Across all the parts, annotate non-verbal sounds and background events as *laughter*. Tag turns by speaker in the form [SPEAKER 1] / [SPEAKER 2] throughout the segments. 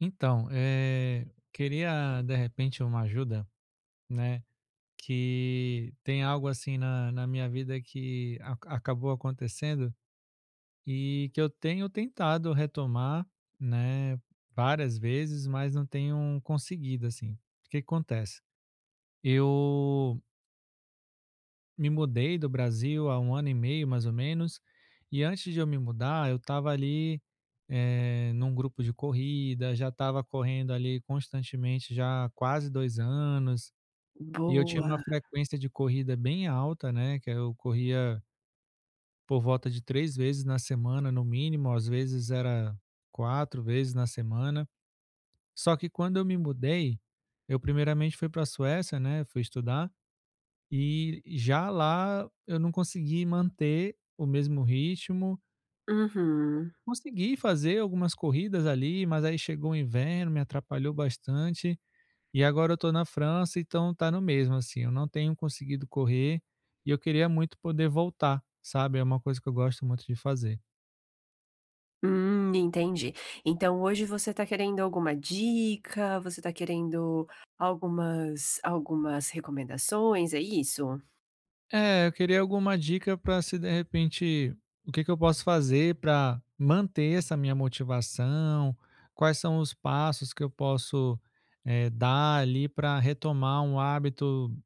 [SPEAKER 1] Então, queria de repente uma ajuda, né? Que tem algo assim na minha vida que acabou acontecendo e que eu tenho tentado retomar, né? Várias vezes, mas não tenho conseguido, assim. O que que acontece? Eu me mudei do Brasil há 1 ano e meio, mais ou menos. E antes de eu me mudar, eu estava ali num grupo de corrida, já estava correndo ali constantemente já há quase 2 anos. E eu tinha
[SPEAKER 2] Boa.
[SPEAKER 1] uma frequência de corrida bem alta, né? Que eu corria por volta de 3 vezes na semana, no mínimo, às vezes era 4 vezes na semana. Só que quando eu me mudei, eu primeiramente fui para a Suécia, né? Fui estudar. E já lá eu não consegui manter o mesmo ritmo.
[SPEAKER 2] Uhum.
[SPEAKER 1] Consegui fazer algumas corridas ali, mas aí chegou o inverno, me atrapalhou bastante. E agora eu tô na França, então tá no mesmo, assim. Eu não tenho conseguido correr e eu queria muito poder voltar, sabe? É uma coisa que eu gosto muito de fazer.
[SPEAKER 2] Entendi. Então hoje você tá querendo alguma dica, você tá querendo algumas recomendações, é isso?
[SPEAKER 1] É, eu queria alguma dica para se de repente o que que eu posso fazer para manter essa minha motivação? Quais são os passos que eu posso, dar ali para retomar um hábito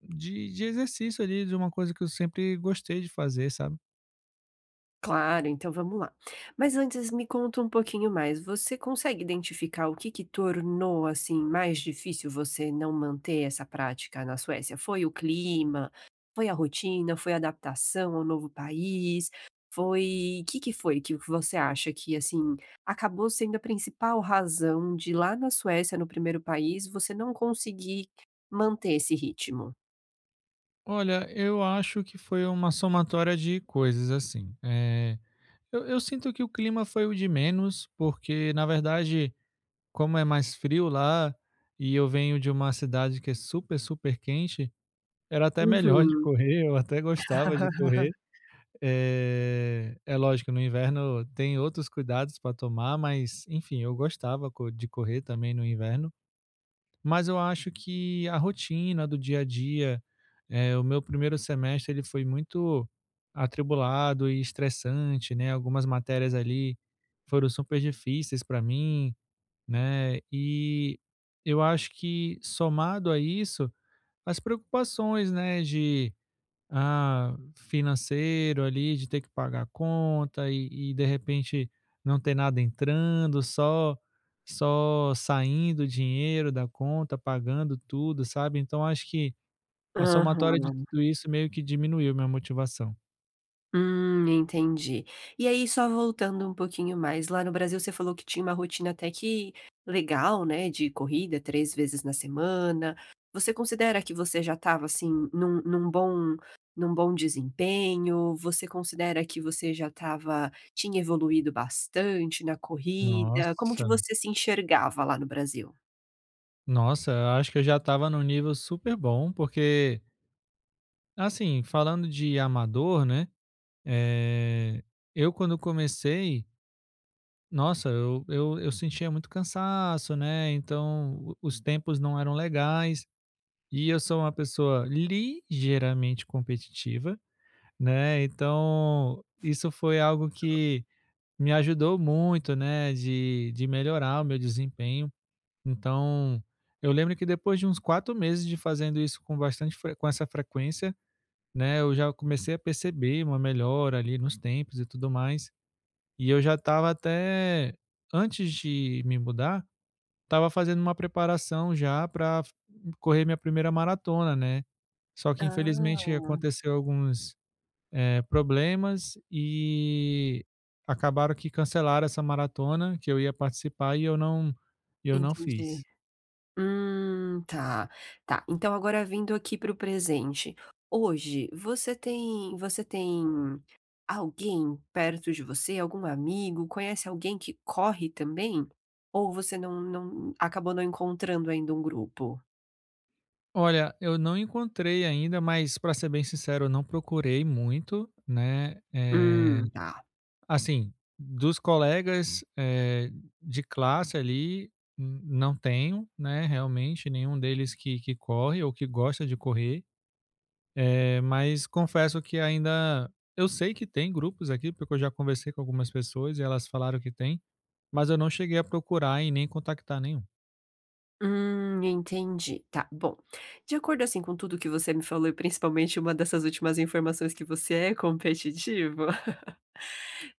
[SPEAKER 1] de exercício ali, de uma coisa que eu sempre gostei de fazer, sabe?
[SPEAKER 2] Claro, então vamos lá. Mas antes me conta um pouquinho mais, você consegue identificar o que que tornou, assim, mais difícil você não manter essa prática na Suécia? Foi o clima? Foi a rotina? Foi a adaptação ao novo país? Foi que foi que você acha que, assim, acabou sendo a principal razão de lá na Suécia, no primeiro país, você não conseguir manter esse ritmo?
[SPEAKER 1] Olha, eu acho que foi uma somatória de coisas, assim, eu sinto que o clima foi o de menos, porque na verdade, como é mais frio lá, e eu venho de uma cidade que é super, super quente, era até melhor de
[SPEAKER 2] Uhum.
[SPEAKER 1] correr, eu até gostava de
[SPEAKER 2] *laughs*
[SPEAKER 1] correr. É lógico, no inverno tem outros cuidados para tomar, mas enfim, eu gostava de correr também no inverno. Mas eu acho que a rotina do dia a dia, o meu primeiro semestre ele foi muito atribulado e estressante, né? Algumas matérias ali foram super difíceis para mim, né? E eu acho que somado a isso, as preocupações, né, de ah, financeiro ali, de ter que pagar a conta e de repente não ter nada entrando, só saindo dinheiro da conta, pagando tudo, sabe? Então acho que a somatória de
[SPEAKER 2] Aham.
[SPEAKER 1] tudo isso meio que diminuiu minha motivação.
[SPEAKER 2] Entendi. E aí, só voltando um pouquinho mais, lá no Brasil você falou que tinha uma rotina até que legal, né, de corrida 3 vezes na semana. Você considera que você já estava, assim, num bom num bom desempenho? Você considera que você já estava tinha evoluído bastante na corrida? Como que
[SPEAKER 1] Nossa,
[SPEAKER 2] você se enxergava lá no Brasil?
[SPEAKER 1] nossa, eu acho que eu já estava num nível super bom, porque, assim, falando de amador, né? Eh, eu quando comecei, nossa, eu sentia muito cansaço, né, então o os tempos não eram legais, e eu sou uma pessoa ligeiramente competitiva, né, então isso foi algo que me ajudou muito, né, de melhorar o meu desempenho. Então, eu lembro que depois de uns 4 meses de fazendo isso com bastante fre com essa frequência, né, eu já comecei a perceber uma melhora ali nos tempos e tudo mais. E eu já estava até antes de me mudar, estava fazendo uma preparação já para correr minha primeira maratona, né. Só que infelizmente
[SPEAKER 2] Ah,
[SPEAKER 1] aconteceu alguns, problemas e acabaram que cancelaram essa maratona que eu ia participar e eu não
[SPEAKER 2] entendi.
[SPEAKER 1] fiz.
[SPEAKER 2] Tá, tá. Então agora vindo aqui para o presente. Hoje, você tem alguém perto de você, algum amigo, conhece alguém que corre também? Ou você não acabou não encontrando ainda um grupo?
[SPEAKER 1] Olha, eu não encontrei ainda, mas para ser bem sincero, eu não procurei muito, né, eh.
[SPEAKER 2] Tá.
[SPEAKER 1] Assim, dos colegas, de classe ali, n não tenho, né, realmente nenhum deles que corre ou que gosta de correr, mas confesso que ainda eu sei que tem grupos aqui, porque eu já conversei com algumas pessoas e elas falaram que tem, mas eu não cheguei a procurar e nem contactar nenhum.
[SPEAKER 2] Entendi. Tá, bom. De acordo, assim, com tudo que você me falou, e principalmente uma dessas últimas informações que você é competitivo,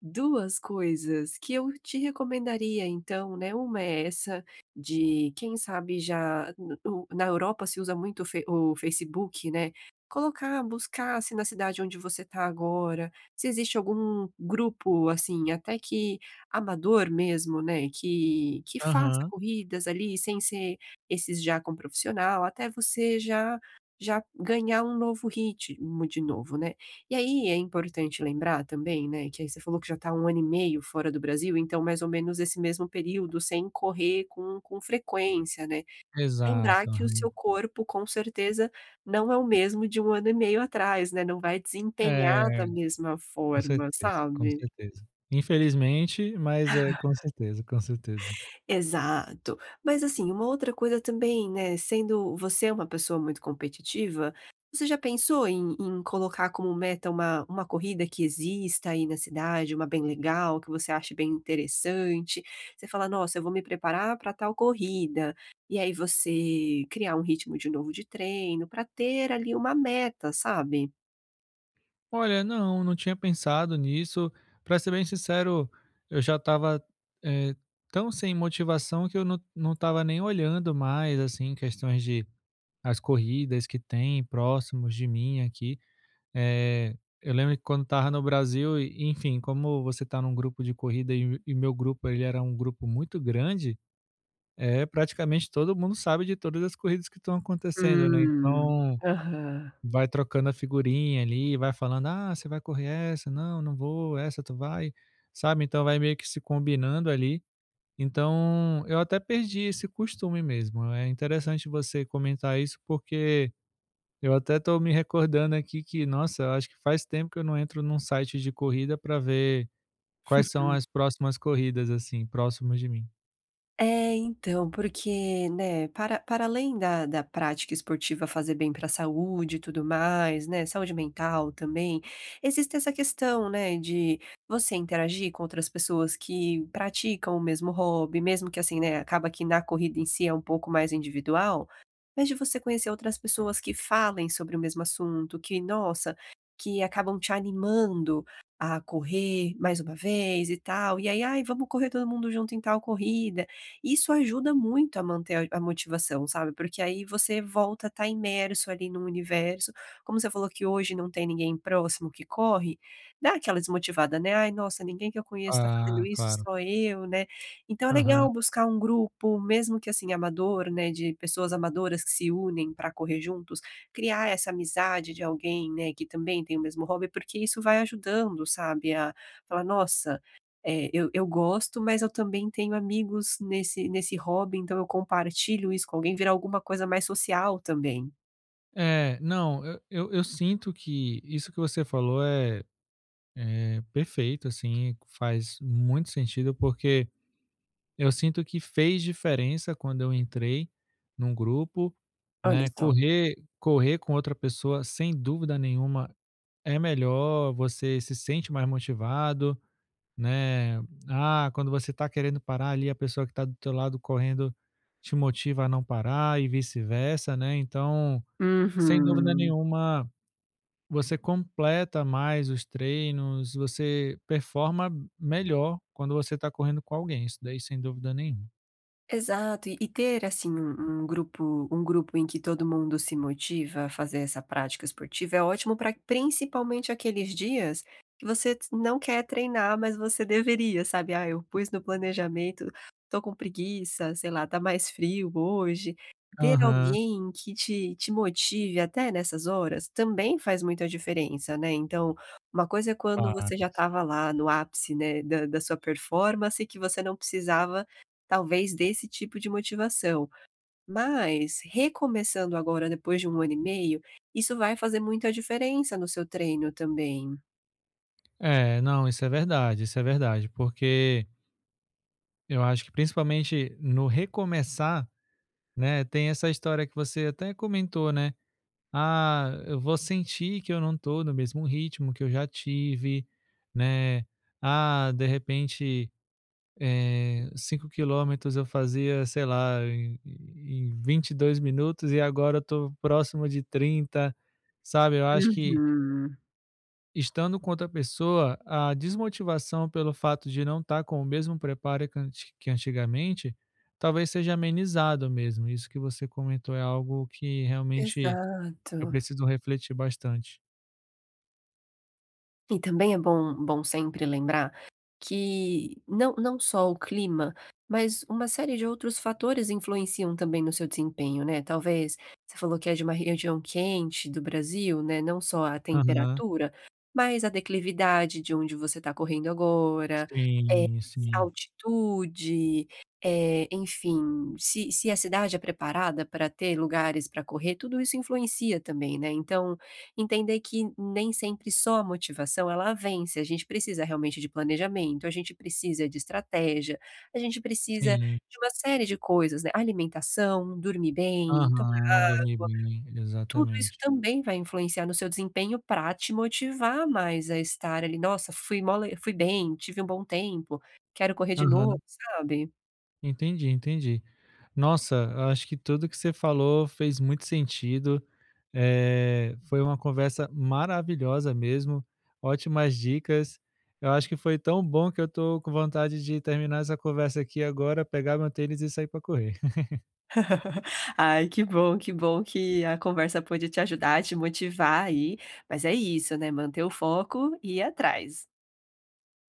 [SPEAKER 2] 2 coisas que eu te recomendaria então, né, uma é essa de quem sabe já no na Europa se usa muito o Fe o Facebook, né, colocar, buscar se na cidade onde você está agora, se existe algum grupo, assim, até que amador mesmo, né, que faça
[SPEAKER 1] Aham,
[SPEAKER 2] corridas ali sem ser esses já com profissional, até você já já ganhar um novo ritmo de novo, né. E aí é importante lembrar também, né, que aí você falou que já está um ano e meio fora do Brasil, então mais ou menos esse mesmo período sem correr com frequência, né. Lembrar
[SPEAKER 1] exato,
[SPEAKER 2] que o seu
[SPEAKER 1] aham.
[SPEAKER 2] corpo com certeza não é o mesmo de um ano e meio atrás, né, não vai
[SPEAKER 1] É,
[SPEAKER 2] desempenhar da mesma
[SPEAKER 1] com
[SPEAKER 2] forma,
[SPEAKER 1] certeza, com
[SPEAKER 2] sabe?
[SPEAKER 1] certeza. Infelizmente, mas é, com certeza, com certeza.
[SPEAKER 2] Exato. Mas assim, uma outra coisa também, né, sendo você uma pessoa muito competitiva, você já pensou em em colocar como meta uma corrida que exista aí na cidade, uma bem legal, que você ache bem interessante? Você fala: "Nossa, eu vou me preparar para tal corrida", e aí você criar um ritmo de novo de treino para ter ali uma meta, sabe?
[SPEAKER 1] Olha, não, não tinha pensado nisso. Pra ser bem sincero, eu já estava, eh, tão sem motivação que eu não estava nem olhando mais, assim, questões de as corridas que tem próximos de mim aqui. Eh, eu lembro que quando estava no Brasil e, enfim, como você está num grupo de corrida e meu grupo, ele era um grupo muito grande, é praticamente todo mundo sabe de todas as corridas que estão acontecendo, né,
[SPEAKER 2] Hum.
[SPEAKER 1] então
[SPEAKER 2] Aham.
[SPEAKER 1] vai trocando a figurinha ali, vai falando: "Ah, você vai correr essa? Não, não vou. Essa tu vai?", sabe, então vai meio que se combinando ali. Então, eu até perdi esse costume mesmo. É interessante você comentar isso, porque eu até tô me recordando aqui que, nossa, eu acho que faz tempo que eu não entro num site de corrida para ver quais são as
[SPEAKER 2] *laughs*
[SPEAKER 1] próximas corridas, assim, próximas de mim.
[SPEAKER 2] É, então, porque, né, para além da prática esportiva fazer bem para a saúde e tudo mais, né, saúde mental também, existe essa questão, né, de você interagir com outras pessoas que praticam o mesmo hobby, mesmo que assim, né, acaba que na corrida em si é um pouco mais individual, mas de você conhecer outras pessoas que falem sobre o mesmo assunto, que, nossa, que acabam te animando a correr mais uma vez e tal, e aí: "Ai, vamos correr todo mundo junto em tal corrida". Isso ajuda muito a manter a motivação, sabe, porque aí você volta a estar imerso ali no universo. Como você falou que hoje não tem ninguém próximo que corre, dá aquela desmotivada, né: "Ai, nossa, ninguém que eu conheço está
[SPEAKER 1] Ah,
[SPEAKER 2] fazendo isso,
[SPEAKER 1] claro.
[SPEAKER 2] só eu, né". Então é
[SPEAKER 1] Aham.
[SPEAKER 2] legal buscar um grupo, mesmo que assim amador, né, de pessoas amadoras que se unem para correr juntos, criar essa amizade de alguém, né, que também tem o mesmo hobby, porque isso vai ajudando, sabe, a falar: "Nossa, eu gosto, mas eu também tenho amigos nesse hobby, então eu compartilho isso com alguém", virar alguma coisa mais social também.
[SPEAKER 1] É, não, eu sinto que isso que você falou é perfeito, assim, faz muito sentido, porque eu sinto que fez diferença quando eu entrei num grupo,
[SPEAKER 2] Olha
[SPEAKER 1] né?
[SPEAKER 2] só.
[SPEAKER 1] Correr, correr com outra pessoa, sem dúvida nenhuma, é melhor, você se sente mais motivado, né? Ah, quando você tá querendo parar ali, a pessoa que tá do teu lado correndo te motiva a não parar e vice-versa, né? Então, sem dúvida
[SPEAKER 2] Uhum.
[SPEAKER 1] nenhuma, você completa mais os treinos, você performa melhor quando você está correndo com alguém, isso daí sem dúvida nenhuma.
[SPEAKER 2] Exato, e ter assim um grupo um grupo em que todo mundo se motiva a fazer essa prática esportiva é ótimo para principalmente aqueles dias que você t não quer treinar, mas você deveria, sabe. "Ah, eu pus no planejamento, tô com preguiça", sei lá, "tá mais frio hoje". Ter
[SPEAKER 1] Aham.
[SPEAKER 2] alguém que te motive até nessas horas também faz muita diferença, né. Então, uma coisa é quando você
[SPEAKER 1] Ah,
[SPEAKER 2] já estava lá no ápice, né, da sua performance, que você não precisava talvez desse tipo de motivação. Mas, recomeçando agora depois de um ano e meio, isso vai fazer muita diferença no seu treino também.
[SPEAKER 1] é, não, isso é verdade, porque eu acho que principalmente no recomeçar, né, tem essa história que você até comentou, né, "Ah, eu vou sentir que eu não tô no mesmo ritmo que eu já tive", né, "Ah, de repente, 5 quilômetros eu fazia, sei lá, em 22 minutos e agora eu tô próximo de 30, sabe". Eu acho que
[SPEAKER 2] Uhum.
[SPEAKER 1] estando com outra pessoa, a desmotivação pelo fato de não estar com o mesmo preparo que anti que antigamente, talvez seja amenizado mesmo. Isso que você comentou é algo que realmente
[SPEAKER 2] Exato.
[SPEAKER 1] eu preciso refletir bastante.
[SPEAKER 2] E também é bom sempre lembrar que não só o clima, mas uma série de outros fatores influenciam também no seu desempenho, né, talvez você falou que é de uma região quente do Brasil, né, não só a
[SPEAKER 1] Aham.
[SPEAKER 2] temperatura, mas a declividade de onde você está correndo agora, eh,
[SPEAKER 1] Sim, sim,
[SPEAKER 2] altitude, enfim, se se a cidade é preparada para ter lugares para correr, tudo isso influencia também, né, então entender que nem sempre só a motivação ela vence, a gente precisa realmente de planejamento, a gente precisa de estratégia, a gente precisa
[SPEAKER 1] sim.
[SPEAKER 2] de uma série de coisas, né, alimentação, dormir bem, então
[SPEAKER 1] Aham, dormir bem,
[SPEAKER 2] tudo isso
[SPEAKER 1] exatamente.
[SPEAKER 2] também vai influenciar no seu desempenho para te motivar mais a estar ali: "Nossa, fui mó le fui bem, tive um bom tempo, quero correr de novo",
[SPEAKER 1] Aham.
[SPEAKER 2] sabe.
[SPEAKER 1] Entendi, entendi. Nossa, acho que tudo que você falou fez muito sentido. Foi uma conversa maravilhosa mesmo, ótimas dicas. Eu acho que foi tão bom que eu tô com vontade de terminar essa conversa aqui agora, pegar meu tênis e sair para correr.
[SPEAKER 2] *laughs* Ai, que bom, que bom que a conversa pôde te ajudar, te motivar aí, mas é isso, né, manter o foco e ir atrás.